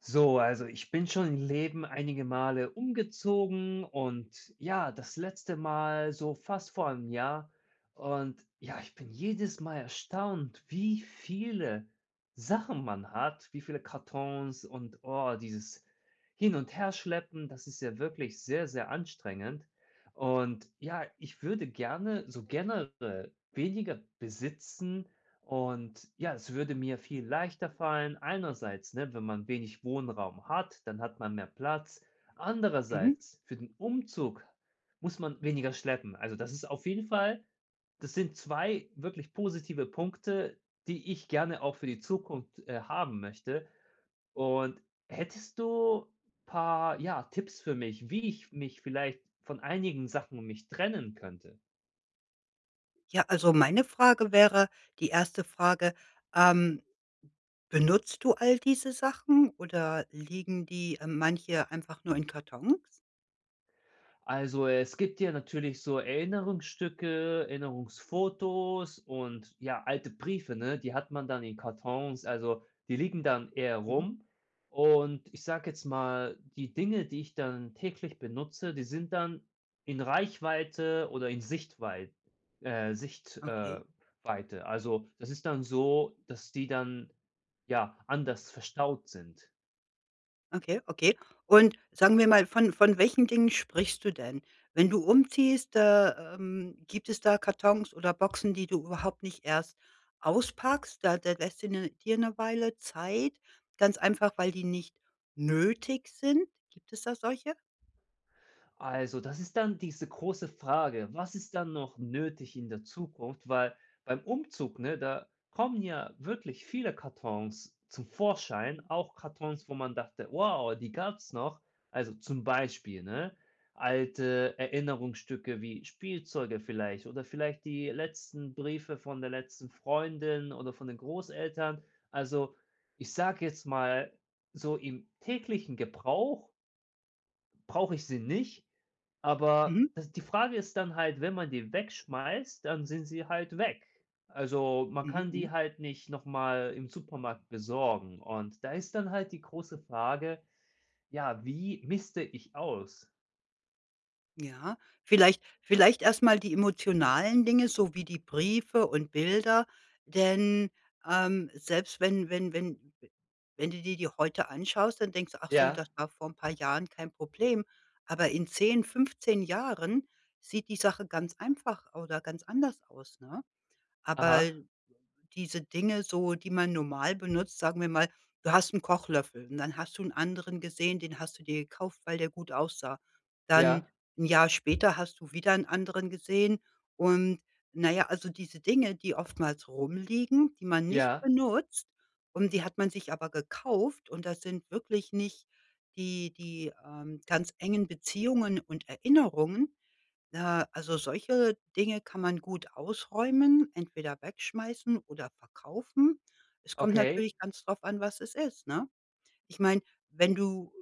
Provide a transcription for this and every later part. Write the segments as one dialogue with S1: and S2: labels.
S1: So, also ich bin schon im Leben einige Male umgezogen und ja, das letzte Mal so fast vor einem Jahr. Und ja, ich bin jedes Mal erstaunt, wie viele Sachen man hat, wie viele Kartons und oh, dieses Hin- und Herschleppen, das ist ja wirklich sehr, sehr anstrengend. Und ja, ich würde gerne so generell weniger besitzen und ja, es würde mir viel leichter fallen. Einerseits, ne, wenn man wenig Wohnraum hat, dann hat man mehr Platz.
S2: Mhm.
S1: Andererseits, für den Umzug muss man weniger schleppen. Also das ist auf jeden Fall, das sind zwei wirklich positive Punkte, die ich gerne auch für die Zukunft haben möchte. Und hättest du paar, ja, Tipps für mich, wie ich mich vielleicht von einigen Sachen mich trennen könnte?
S2: Ja, also meine Frage wäre, die erste Frage, ähm, benutzt du all diese Sachen oder liegen die, manche einfach nur in Kartons?
S1: Also, es gibt ja natürlich so Erinnerungsstücke, Erinnerungsfotos und ja, alte Briefe, ne? Die hat man dann in Kartons, also die liegen dann eher
S2: Mhm.
S1: rum. Und ich sage jetzt mal, die Dinge, die ich dann täglich benutze, die sind dann in Reichweite oder in Sichtweite. Sicht
S2: Okay,
S1: Weite. Also, das ist dann so, dass die dann, ja, anders verstaut sind.
S2: okay, okay. Und sagen wir mal, von welchen Dingen sprichst du denn? Wenn du umziehst, gibt es da Kartons oder Boxen, die du überhaupt nicht erst auspackst? Da lässt du 'ne dir eine Weile Zeit, ganz einfach, weil die nicht nötig sind. Gibt es da solche?
S1: Also, das ist dann diese große Frage, was ist dann noch nötig in der Zukunft? Weil beim Umzug, ne, da kommen ja wirklich viele Kartons zum Vorschein,
S2: Mhm.
S1: auch Kartons, wo man dachte, wow, die gab's noch. Also zum Beispiel, ne, alte Erinnerungsstücke wie Spielzeuge vielleicht oder vielleicht die letzten Briefe von der letzten Freundin oder von den Großeltern. Also, ich sage jetzt mal, so im täglichen Gebrauch brauche ich sie nicht, aber
S2: Mhm.
S1: das, die Frage ist dann halt, wenn man die wegschmeißt, dann sind sie halt weg. Also, man
S2: Mhm,
S1: kann
S2: mhm.
S1: die halt nicht noch mal im Supermarkt besorgen und da ist dann halt die große Frage: „Ja, wie miste ich aus?“
S2: Ja, vielleicht erst mal die emotionalen Dinge, so wie die Briefe und Bilder, denn, selbst wenn du dir die heute anschaust, dann denkst du: „Ach so,
S1: Ja,
S2: das war vor ein paar Jahren kein Problem.“ Aber in 10, 15 Jahren sieht die Sache ganz einfach oder ganz anders aus, ne? Aber
S1: aha,
S2: diese Dinge so, die man normal benutzt, sagen wir mal, du hast 'n Kochlöffel und dann hast du 'n anderen gesehen, den hast du dir gekauft, weil der gut aussah. Dann
S1: ja,
S2: 'n Jahr später hast du wieder 'n anderen gesehen und na ja, also diese Dinge, die oftmals rumliegen, die man nicht
S1: ja,
S2: benutzt und die hat man sich aber gekauft und das sind wirklich nicht die ganz engen Beziehungen und Erinnerungen, na, also solche Dinge kann man gut ausräumen, entweder wegschmeißen oder verkaufen. Es kommt
S1: okay,
S2: natürlich ganz drauf an, was es ist, ne? Ich meine, wenn du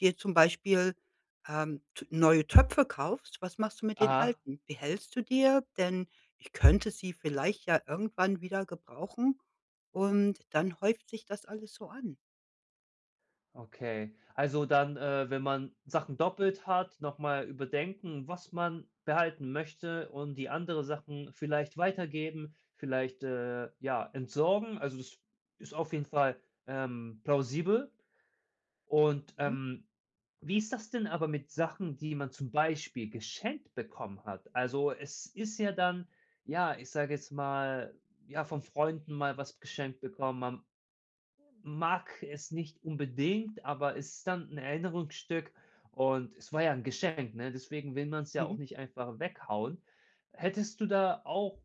S2: dir zum Beispiel, t neue Töpfe kaufst, was machst du mit den
S1: aha.
S2: alten? Behältst du dir? Denn ich könnte sie vielleicht ja irgendwann wieder gebrauchen und dann häuft sich das alles so an.
S1: Okay. Also dann, wenn man Sachen doppelt hat, nochmal überdenken, was man behalten möchte und die andere Sachen vielleicht weitergeben, vielleicht, ja, entsorgen. Also das ist auf jeden Fall, plausibel. Und,
S2: Mhm.
S1: ähm, wie ist das denn aber mit Sachen, die man zum Beispiel geschenkt bekommen hat? Also es ist ja dann, ja, ich sage jetzt mal, ja, von Freunden mal was geschenkt bekommen, man mag es nicht unbedingt, aber es ist dann ein Erinnerungsstück und es war ja ein Geschenk, ne? Deswegen will man es ja auch
S2: Mhm.
S1: nicht einfach weghauen. Hättest du da auch,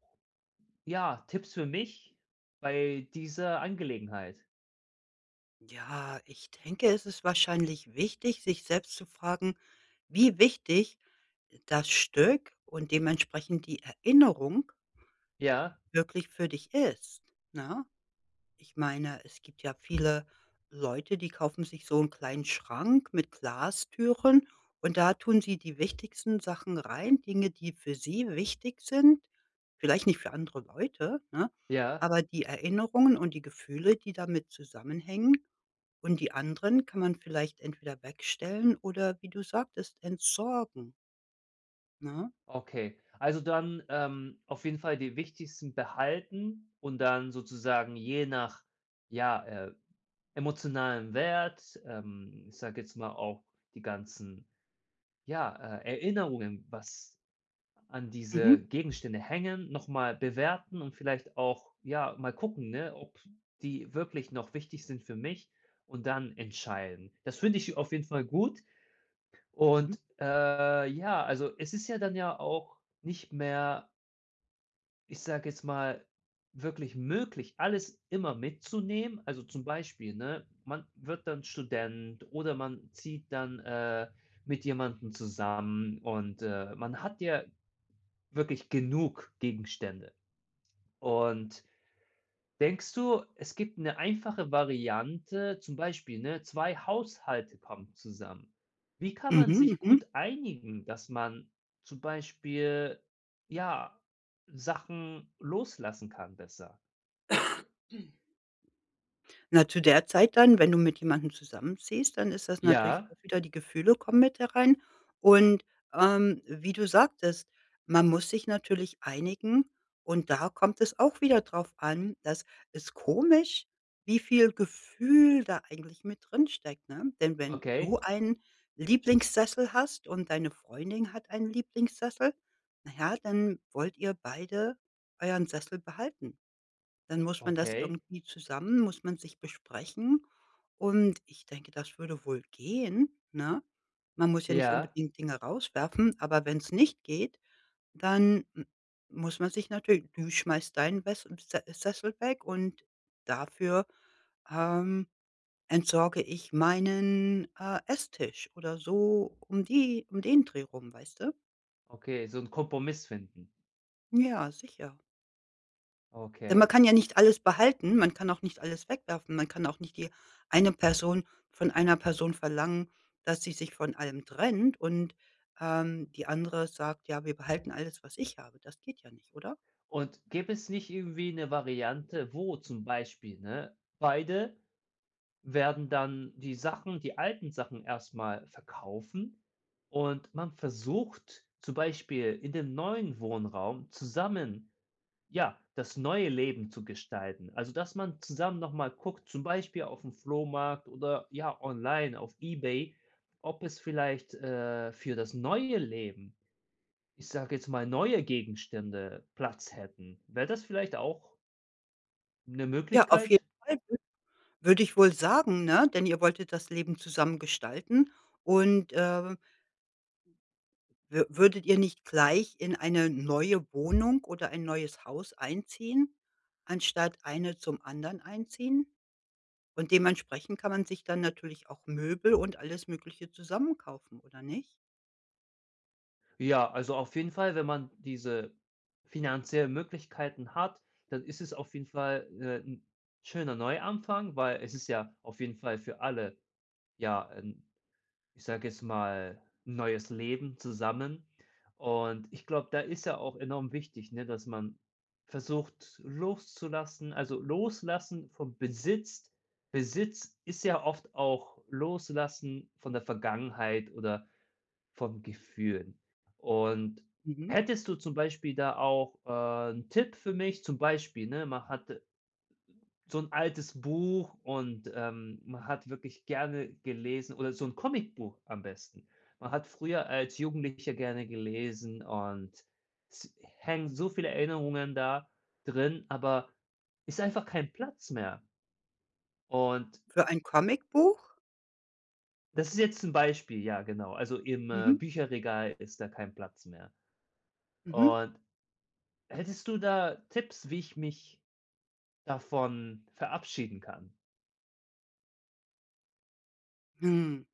S1: ja, Tipps für mich bei dieser Angelegenheit?
S2: Ja, ich denke, es ist wahrscheinlich wichtig, sich selbst zu fragen, wie wichtig das Stück und dementsprechend die Erinnerung
S1: Ja,
S2: wirklich für dich ist. Na, ich meine, es gibt ja viele Leute, die kaufen sich so einen kleinen Schrank mit Glastüren und da tun sie die wichtigsten Sachen rein, Dinge, die für sie wichtig sind, vielleicht nicht für andere Leute, ne?
S1: ja,
S2: Aber die Erinnerungen und die Gefühle, die damit zusammenhängen und die anderen kann man vielleicht entweder wegstellen oder, wie du sagtest, entsorgen, ne?
S1: okay. Also dann, auf jeden Fall die wichtigsten behalten und dann sozusagen je nach, ja, emotionalem Wert, ich sage jetzt mal auch die ganzen, ja, Erinnerungen, was an
S2: Mhm.
S1: diese Gegenstände hängen, noch mal bewerten und vielleicht auch, ja, mal gucken, ne, ob die wirklich noch wichtig sind für mich und dann entscheiden. Das finde ich auf jeden Fall gut
S2: Mhm.
S1: und, ja, also, es ist ja dann ja auch nicht mehr, ich sage jetzt mal, wirklich möglich, alles immer mitzunehmen. Also, zum Beispiel, ne, man wird dann Student oder man zieht dann, mit jemandem zusammen und, man hat ja Wirklich genug Gegenstände. Und denkst du, es gibt eine einfache Variante, zum Beispiel, ne, 2 Haushalte kommen zusammen. Wie kann man sich
S2: Mhm.
S1: gut einigen, dass man zum Beispiel, ja, Sachen loslassen kann besser?
S2: Mhm. Na, zu der Zeit dann, wenn du mit jemandem zusammenziehst, dann ist das natürlich
S1: Ja,
S2: auch wieder die Gefühle kommen mit herein. Und, wie du sagtest, man muss sich natürlich einigen und da kommt es auch wieder drauf an, dass es komisch, wie viel Gefühl da eigentlich mit drinsteckt, ne? Denn wenn
S1: okay,
S2: du einen Lieblingssessel hast und deine Freundin hat einen Lieblingssessel, na ja, dann wollt ihr beide euren Sessel behalten. Dann muss man das
S1: okay,
S2: irgendwie zusammen muss man sich besprechen und ich denke, das würde wohl gehen, ne? Man muss ja nicht
S1: ja,
S2: unbedingt Dinge rauswerfen, aber wenn es nicht geht, dann m muss man sich natürlich du schmeißt deinen Wess Se Sessel weg und dafür, ähm, entsorge ich meinen, Esstisch oder so um die um den Dreh rum, weißt du?
S1: okay, so 'n Kompromiss finden.
S2: Ja, sicher. Denn man
S1: Okay.
S2: kann ja nicht alles behalten, man kann auch nicht alles wegwerfen. Man kann auch nicht die eine Person von einer Person verlangen, dass sie sich von allem trennt und, die andere sagt: „Ja, wir behalten alles, was ich habe.“ Das geht ja nicht, oder?
S1: Und gäbe es nicht irgendwie 'ne Variante, wo zum Beispiel, ne, beide werden dann die alten Sachen erstmal verkaufen und man versucht zum Beispiel in dem neuen Wohnraum zusammen, ja, das neue Leben zu gestalten. Also, dass man zusammen noch mal guckt, zum Beispiel auf dem Flohmarkt oder, ja, online auf eBay, ob es vielleicht, für das neue Leben, ich sage jetzt mal, neue Gegenstände Platz hätten. Wäre das vielleicht auch eine
S2: Ja, auf jeden
S1: Möglichkeit?
S2: Fall wü würde ich wohl sagen, ne? Denn ihr wolltet das Leben zusammen gestalten und, wü würdet ihr nicht gleich in eine neue Wohnung oder ein neues Haus einziehen, anstatt eine zum anderen einziehen? Und dementsprechend kann man sich dann natürlich auch Möbel und alles Mögliche zusammen kaufen, oder nicht?
S1: Ja, also auf jeden Fall, wenn man diese finanziellen Möglichkeiten hat, dann ist es auf jeden Fall, 'n schöner Neuanfang, weil es ist ja auf jeden Fall für alle, ja, 'n ich sage jetzt mal, 'n neues Leben zusammen. Und ich glaube, da ist ja auch enorm wichtig, ne, dass man versucht loszulassen, also loslassen vom Besitz. Besitz ist ja oft auch Loslassen von der Vergangenheit oder vom Gefühl. Und
S2: Mhm.
S1: hättest du zum Beispiel da auch, 'n Tipp für mich? Zum Beispiel, ne, man hatte so ein altes Buch und, man hat wirklich gerne gelesen oder so ein Comicbuch am besten. Man hat früher als Jugendlicher gerne gelesen und es hängen so viele Erinnerungen da drin, aber ist einfach kein Platz mehr. Und
S2: Für ein Comicbuch?
S1: das ist jetzt ein Beispiel, ja, genau. Also, im
S2: Mhm.
S1: Bücherregal ist da kein Platz mehr.
S2: Mhm.
S1: Und hättest du da Tipps, wie ich mich davon verabschieden kann?
S2: Hm,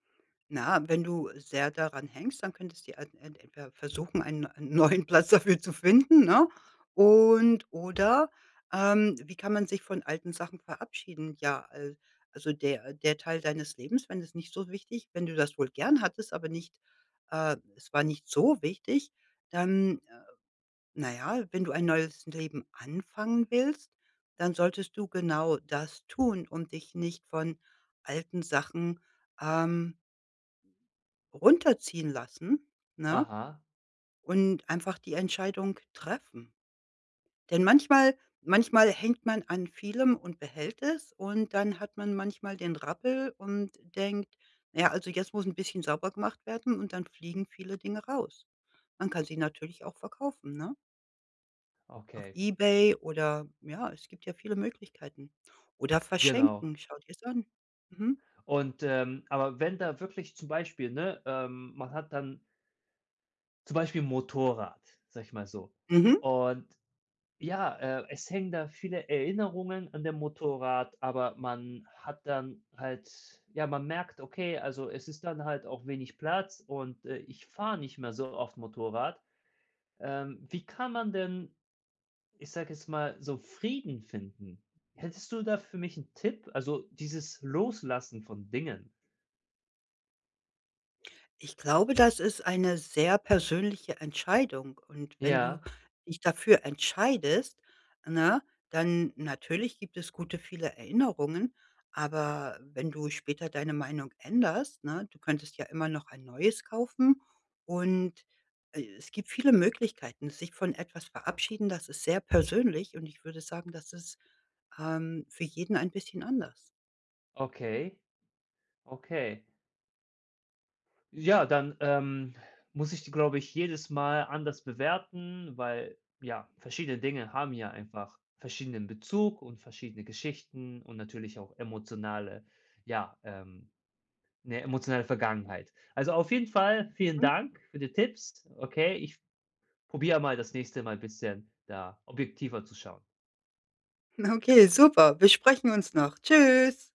S2: na, wenn du sehr daran hängst, dann könntest du ja entweder versuchen, einen neuen Platz dafür zu finden, ne? Und oder, wie kann man sich von alten Sachen verabschieden? Ja, also der Teil deines Lebens, wenn es nicht so wichtig wenn du das wohl gern hattest, aber nicht es war nicht so wichtig, dann na ja, wenn du ein neues Leben anfangen willst, dann solltest du genau das tun und dich nicht von alten Sachen, ähm, runterziehen lassen, ne?
S1: Aha,
S2: Und einfach die Entscheidung treffen. Denn manchmal hängt man an vielem und behält es und dann hat man manchmal den Rappel und denkt: „Na ja, also jetzt muss ein bisschen sauber gemacht werden“ und dann fliegen viele Dinge raus. Man kann sie natürlich auch verkaufen, ne? Auf
S1: okay,
S2: eBay oder ja, es gibt ja viele Möglichkeiten. Oder
S1: genau.
S2: verschenken, schau dir's an. Mhm.
S1: Und, aber wenn da wirklich zum Beispiel, ne, man hat dann zum Beispiel 'n Motorrad, sag ich mal so.
S2: Mhm.
S1: Und ja, es hängen da viele Erinnerungen an dem Motorrad, aber man hat dann halt ja, man merkt, okay, also, es ist dann halt auch wenig Platz und, ich fahre nicht mehr so oft Motorrad. Wie kann man denn, ich sage jetzt mal, so Frieden finden. Hättest du da für mich einen Tipp? Also, dieses Loslassen von Dingen.
S2: Ich glaube, das ist eine sehr persönliche Entscheidung und wenn du
S1: Ja,
S2: dich dafür entscheidest, ne, dann natürlich gibt es gute viele Erinnerungen, aber wenn du später deine Meinung änderst, ne, du könntest ja immer noch ein neues kaufen und, es gibt viele Möglichkeiten. Sich von etwas verabschieden, das ist sehr persönlich und ich würde sagen, das ist, für jeden ein bisschen anders.
S1: okay, okay. Ja, dann, muss ich glaube ich, jedes Mal anders bewerten, weil, ja, verschiedene Dinge haben ja einfach verschiedenen Bezug und verschiedene Geschichten und natürlich auch ja, ähm, 'ne emotionale Vergangenheit. Also, auf jeden Fall vielen
S2: Mhm.
S1: Dank für die Tipps. Okay, ich probier mal das nächste Mal ein bisschen da objektiver zu schauen.
S2: Okay, super. Wir sprechen uns noch. Tschüss.